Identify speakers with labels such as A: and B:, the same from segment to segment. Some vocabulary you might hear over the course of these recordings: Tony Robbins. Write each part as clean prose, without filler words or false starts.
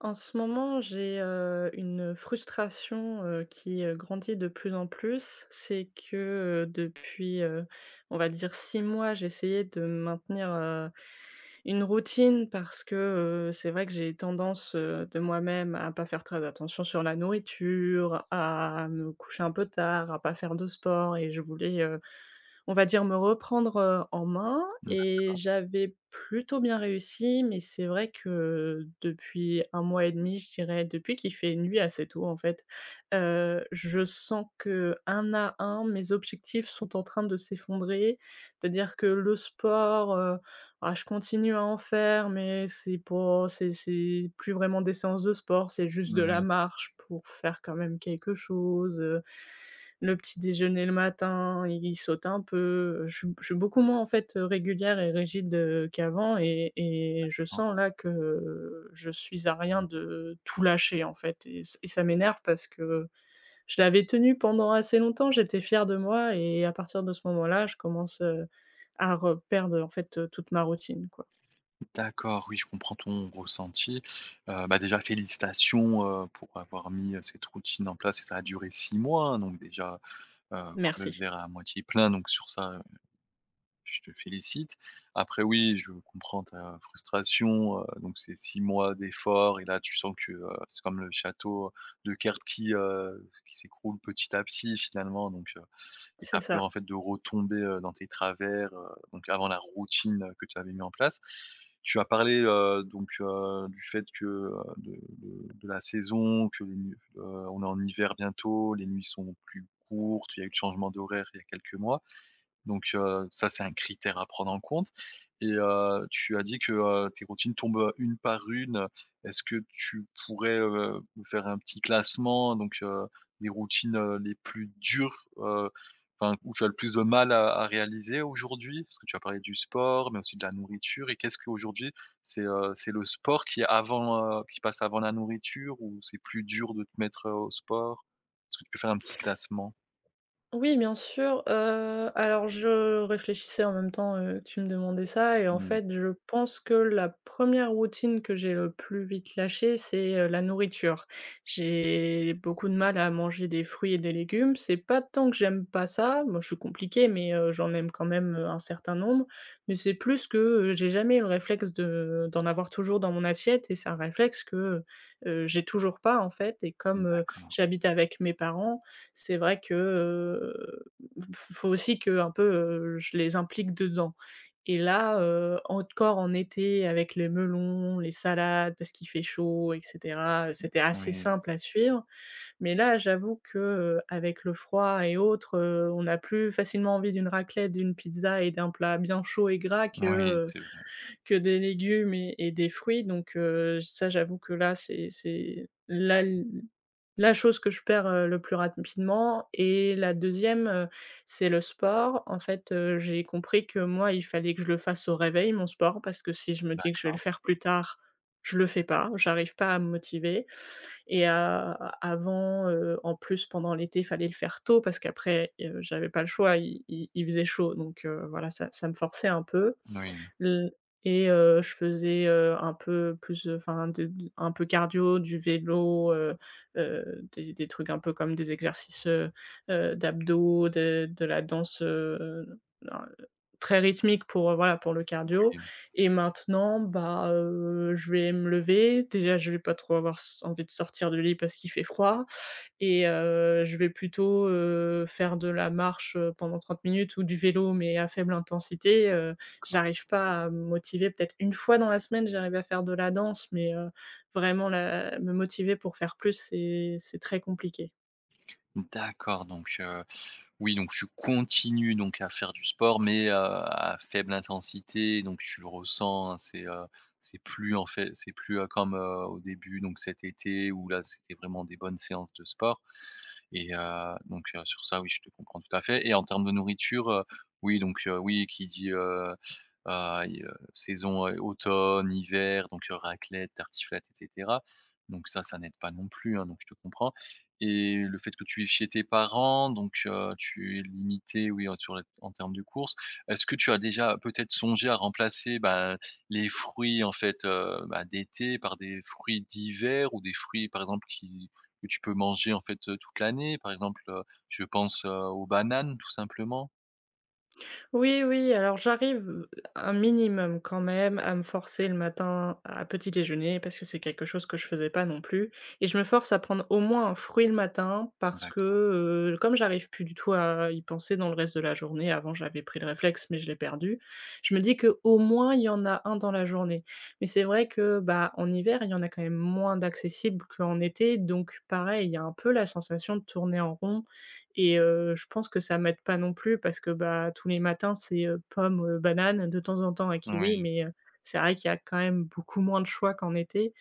A: En ce moment, j'ai, une frustration, qui, grandit de plus en plus. C'est que, on va dire 6 mois, j'ai essayé de maintenir, une routine parce que, c'est vrai que j'ai tendance, de moi-même à pas faire très attention sur la nourriture, à me coucher un peu tard, à pas faire de sport et je voulais, on va dire, me reprendre, en main
B: Mmh,
A: et j'avais plutôt bien réussi, mais c'est vrai que depuis un mois et demi, je dirais, depuis qu'il fait nuit assez tôt, en fait, je sens que un à un, mes objectifs sont en train de s'effondrer. C'est-à-dire que le sport, ah, je continue à en faire, mais c'est pas c'est c'est plus vraiment des séances de sport, c'est juste de
B: mmh,
A: la
B: oui,
A: marche pour faire quand même quelque chose, le petit déjeuner le matin, il saute un peu, je suis beaucoup moins, en fait, régulière et rigide, qu'avant et je
B: d'accord.
A: sens là que je suis à rien de tout lâcher, en fait et ça m'énerve parce que je l'avais tenu pendant assez longtemps, j'étais fière de moi et à partir de ce moment-là, je commence, à reperdre, en fait, toute ma routine, quoi.
B: D'accord, oui, je comprends ton ressenti. Bah, déjà félicitations, pour avoir mis, cette routine en place et ça a duré 6 mois, hein, donc déjà, voir le
A: Merci.
B: verre à moitié plein, donc sur ça, je te félicite. Après oui, je comprends ta frustration, donc c'est 6 mois d'efforts et là tu sens que, c'est comme le château de cartes qui s'écroule petit à petit finalement, donc et tu
A: C'est
B: as peur en
A: ça.
B: fait de retomber, dans tes travers, donc avant la routine, que tu avais mis en place. Tu as parlé, du fait que, de la saison, que les nu on est en hiver bientôt, les nuits sont plus courtes, il y a eu le changement d'horaire il y a quelques mois. Donc, ça, c'est un critère à prendre en compte et tu as dit que, tes routines tombent, une par une. Est-ce que tu pourrais, me faire un petit classement donc, des routines, les plus dures, enfin, où tu as le plus de mal à réaliser aujourd'hui? Parce que tu as parlé du sport, mais aussi de la nourriture et qu'est-ce qu'aujourd'hui, c'est le sport qui est avant, qui passe avant la nourriture ou c'est plus dur de te mettre, au sport? Est-ce que tu peux faire un petit classement?
A: Oui, bien sûr, alors je réfléchissais en même temps, que tu me demandais ça et en
B: Mmh,
A: fait, je pense que la première routine que j'ai le plus vite lâchée, c'est, la nourriture. J'ai beaucoup de mal à manger des fruits et des légumes. C'est pas tant que j'aime pas ça, moi je suis compliquée, mais, j'en aime quand même, un certain nombre, mais c'est plus que, j'ai jamais eu le réflexe de d'en avoir toujours dans mon assiette et c'est un réflexe que, j'ai toujours pas en fait et comme,
B: d'accord,
A: j'habite avec mes parents. C'est vrai que, f faut aussi que un peu, je les implique dedans et là, encore en été avec les melons, les salades parce qu'il fait chaud et cetera, c'était assez
B: oui.
A: simple à suivre, mais là, j'avoue que, avec le froid et autres, on a plus facilement envie d'une raclette, d'une pizza et d'un plat bien chaud et gras
B: Oui, c'est bon.
A: que des légumes et des fruits donc ça j'avoue que là, c'est la la chose que je perds, le plus rapidement et la deuxième e c'est le sport. En fait, j'ai compris que moi, il fallait que je le fasse au réveil, mon sport, parce que si je me dis que
B: D'ac
A: je vais le faire plus tard, je le fais pas, j'arrive pas à me motiver et a avant, en plus pendant l'été, il fallait le faire tôt parce qu'après, j'avais pas le choix, il faisait chaud donc voilà, ça me forçait un peu.
B: oui,
A: L Et je faisais, un peu plus, enfin de d un peu cardio, du vélo, des trucs un peu comme des exercices, d'abdos, de la danse, un très rythmique pour, voilà, pour le cardio.
B: oui,
A: Et maintenant, bah, je vais me lever. Déjà, je vais pas trop avoir s envie de sortir du lit parce qu'il fait froid et je vais plutôt, faire de la marche, pendant 30 minutes ou du vélo, mais à faible intensité,
B: d'accord.
A: j'arrive pas à me motiver. Peut-être une fois dans la semaine, j'arrive à faire de la danse, mais vraiment la me motiver pour faire plus, c'est très compliqué.
B: D'accord, donc oui, donc tu continues donc à faire du sport, mais à faible intensité, donc tu le ressens, hein, c'est plus, comme, au début, donc cet été où là, c'était vraiment des bonnes séances de sport. Et sur ça, oui, je te comprends tout à fait et en termes de nourriture, oui, oui, qui dit, i saison, automne, hiver, raclette, tartiflette et cetera. Donc ça n'aide pas non plus, hein, donc je te comprends et le fait que tu es chez tes parents, tu es limité oui, en sur les en termes de courses. Est-ce que tu as déjà peut-être songé à remplacer, bah, les fruits, en fait, bah, d'été par des fruits d'hiver ou des fruits, par exemple, qui que tu peux manger en fait, toute l'année. Par exemple, je pense, aux bananes tout simplement.
A: Oui, oui, alors j'arrive, un minimum quand même à me forcer le matin à petit déjeuner parce que c'est quelque chose que je faisais pas non plus et je me force à prendre au moins un fruit le matin parce que,
B: D'accord.
A: comme j'arrive plus du tout à y penser dans le reste de la journée, avant j'avais pris le réflexe mais je l'ai perdu, je me dis que au moins il y en a un dans la journée. Mais c'est vrai que, bah, en hiver, il y en a quand même moins d'accessibles qu'en été donc pareil, il y a un peu la sensation de tourner en rond et je pense que ça m'aide pas non plus parce que, bah, tous les matins, c'est, pommes, bananes, de temps en temps un kiwi,
B: Oui,
A: mais c'est vrai qu'il y a quand même beaucoup moins de choix qu'en été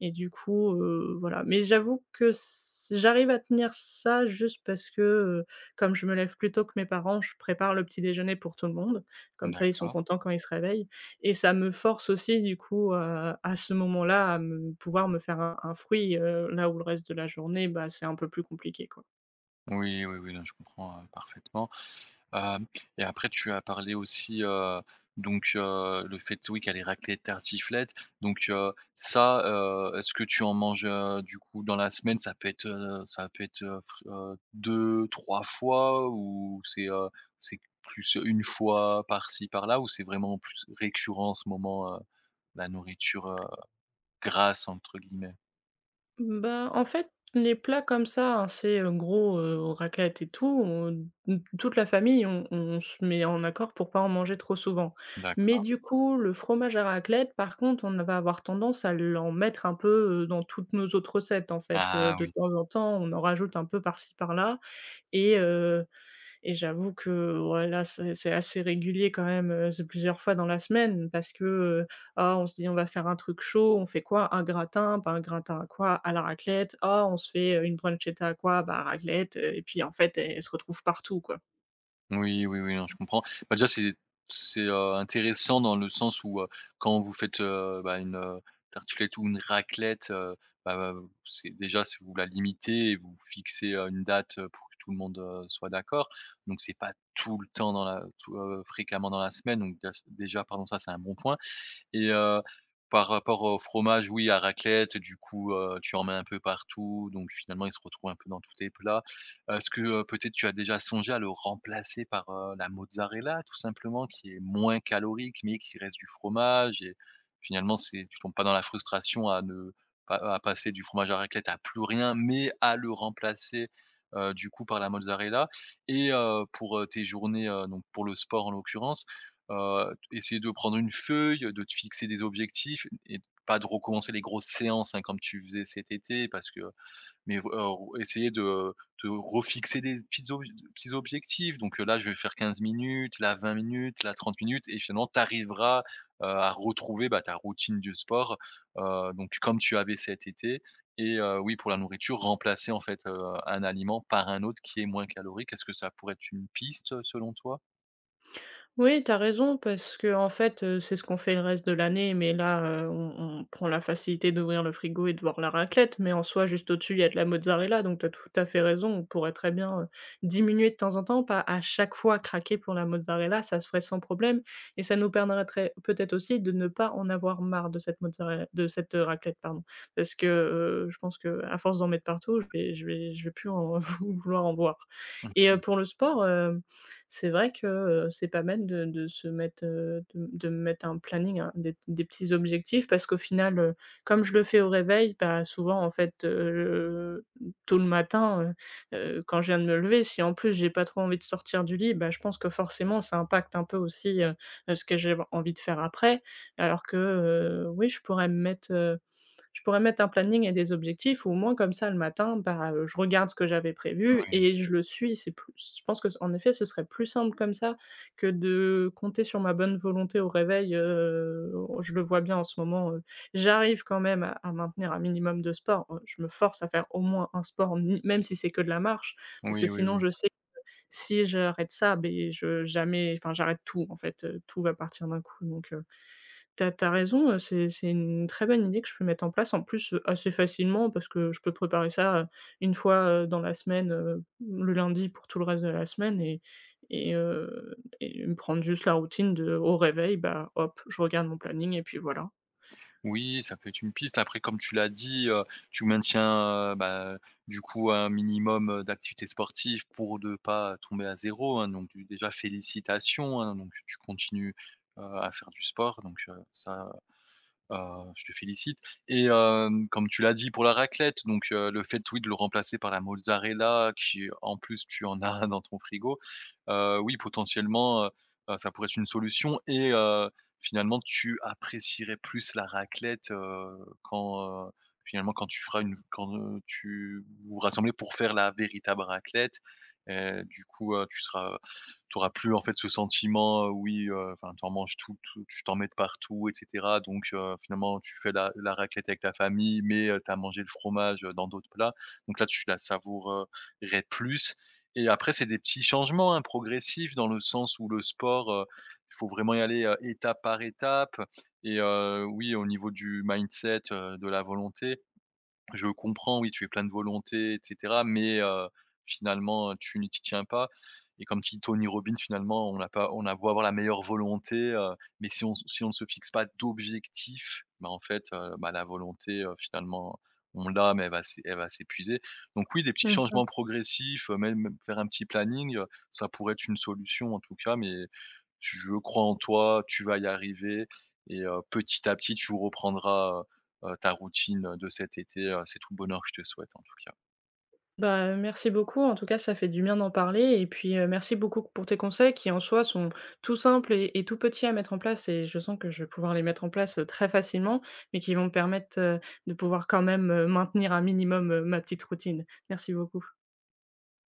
A: et du coup, voilà. Mais j'avoue que s j'arrive à tenir ça juste parce que, comme je me lève plus tôt que mes parents, je prépare le petit déjeuner pour tout le monde. Comme ça, ils sont
B: d'accord.
A: contents quand ils se réveillent et ça me force aussi du coup à ce moment-là à me pouvoir me faire un fruit, là où le reste de la journée, bah, c'est un peu plus compliqué, quoi.
B: Oui, oui, oui, non, je comprends, parfaitement. Hem Et après tu as parlé aussi, le fait, oui, qu'elle est raclée les raclettes, ça, est-ce que tu en manges, du coup dans la semaine? Ça peut être, fr 2-3 fois ou c'est plus une fois par-ci par-là ou c'est vraiment plus récurrent en ce moment, la nourriture, «grasse» entre guillemets?
A: Bah, en fait, les plats comme ça, hein, c'est, raclette et tout, on n toute la famille, on se met en accord pour pas en manger trop souvent. Mais
B: D'accord.
A: du coup, le fromage à raclette, par contre, on va avoir tendance à l'en mettre un peu, dans toutes nos autres recettes, en fait,
B: Ah,
A: de temps en temps, on en rajoute un peu par-ci par-là et et j'avoue que, ouais, là, c'est assez régulier quand même, c'est plusieurs fois dans la semaine parce que, ah, on se dit : « On va faire un truc chaud ». On fait quoi? Un gratin, pas un gratin à quoi? À la raclette. Ah, on se fait, une bruschetta à quoi? Bah, raclette, heu, et puis en fait, elle se retrouve partout, quoi.
B: oui, oui, oui, non, je comprends. Bah, déjà, intéressant dans le sens où, quand vous faites, bah, une, tartiflette ou une raclette, bah, c'est déjà si vous la limitez et vous fixez, une date, pour que tout le monde, soit d'accord. Donc c'est pas tout le temps fréquemment dans la semaine, donc dé déjà, pardon, ça, c'est un bon point. Et par rapport au fromage, oui, à raclette, du coup, tu en mets un peu partout, donc finalement, il se retrouve un peu dans tous tes plats. Est-ce que, peut-être tu as déjà songé à le remplacer par, la mozzarella tout simplement, qui est moins calorique, mais qui reste du fromage et finalement, c'est tu tombes pas dans la frustration à ne pas à passer du fromage à raclette à plus rien, mais à le remplacer, du coup, par la mozzarella et pour, tes journées, donc pour le sport en l'occurrence. Essayer de prendre une feuille, de te fixer des objectifs et pas de recommencer les grosses séances, hein, comme tu faisais cet été parce que mais v essayer de refixer des petites ob petits objectifs là je vais faire 15 minutes, là 20 minutes, là 30 minutes et finalement tu arriveras, à retrouver, bah, ta routine du sport, donc comme tu avais cet été et oui pour la nourriture, remplacer en fait, un aliment par un autre qui est moins calorique. Est-ce que ça pourrait être une piste selon toi?
A: Oui, t'as raison parce que en fait, c'est ce qu'on fait le reste de l'année, mais là, on prend la facilité d'ouvrir le frigo et de voir la raclette, mais en soi, juste au-dessus, il y a de la mozzarella, donc t'as tout à fait raison. On pourrait très bien, diminuer de temps en temps, pas à chaque fois craquer pour la mozzarella, ça se ferait sans problème et ça nous permettrait peut-être aussi de ne pas en avoir marre de cette mozzarella de cette, raclette, pardon. Parce que, je pense que à force d'en mettre partout, je vais plus en vouloir en voir.
B: Mmh.
A: Et pour le sport, c'est vrai que, c'est pas mal de se mettre, de me mettre un planning, hein, des petits objectifs parce qu'au final, comme je le fais au réveil, bah, souvent en fait, tôt le matin, quand je viens de me lever, si en plus j'ai pas trop envie de sortir du lit, bah, je pense que forcément ça impacte un peu aussi, ce que j'ai envie de faire après. Alors que, oui, je pourrais mettre un planning et des objectifs où au moins comme ça le matin, bah, je regarde ce que j'avais prévu
B: Oui.
A: et je le suis. C'est plus Je pense que en effet, ce serait plus simple comme ça que de compter sur ma bonne volonté au réveil, je le vois bien en ce moment, j'arrive quand même à maintenir un minimum de sport. Je me force à faire au moins un sport, ni même si c'est que de la marche, parce que
B: Oui, oui,
A: sinon
B: oui.
A: je sais, si j'arrête ça, beh, je jamais enfin j'arrête tout en fait, tout va partir d'un coup donc heu, T'as as raison, c'est une très bonne idée que je peux mettre en place. En plus, assez facilement parce que je peux préparer ça, 1 fois, dans la semaine, le lundi pour tout le reste de la semaine et heu et me prendre juste la routine de au réveil, bah, hop, je regarde mon planning et puis voilà.
B: Oui, ça peut être une piste. Après, comme tu l'as dit, tu maintiens, bah, du coup, un minimum, d'activités sportives pour ne pas tomber à zéro, hein, donc du déjà félicitations, hein, donc tu continues, à faire du sport, ça. Je te félicite et comme tu l'as dit pour la raclette, le fait, oui, de le remplacer par la mozzarella qui, en plus, tu en as un dans ton frigo, oui, potentiellement, ça pourrait être une solution et finalement, tu apprécierais plus la raclette, quand, finalement, quand tu feras une quand, tu vous vous rassemblez pour faire la véritable raclette et du coup, tu auras plus en fait ce sentiment, oui, enfin tu en manges tout tout tu t'en mets de partout et cetera, finalement tu fais la raclette avec ta famille mais tu as mangé le fromage, dans d'autres plats, donc là tu la savourerais plus. Et après c'est des petits changements, hein, progressifs, dans le sens où le sport, il faut vraiment y aller, étape par étape et oui, au niveau du mindset, de la volonté, je comprends, oui, tu es plein de volonté et cetera, mais finalement, tu n'y t'y tiens pas, et comme dit Tony Robbins, finalement, on a pas on a beau avoir la meilleure volonté, mais si on ne se fixe pas d'objectifs, bah, en fait, bah, la volonté, finalement, on l'a, mais elle va s'épuiser. Donc oui, des petits
A: Mmh.
B: changements progressifs, même faire un petit planning, ça pourrait être une solution en tout cas, mais je crois en toi, tu vas y arriver et petit à petit, tu reprendras, ta routine de cet été, c'est tout le bonheur que je te souhaite en tout cas.
A: Bah, merci beaucoup. En tout cas, ça fait du bien d'en parler et puis, merci beaucoup pour tes conseils qui, en soi, sont tout simples et tout petits à mettre en place et je sens que je vais pouvoir les mettre en place, très facilement, mais qui vont me permettre, de pouvoir quand même, maintenir un minimum, ma petite routine. Merci beaucoup.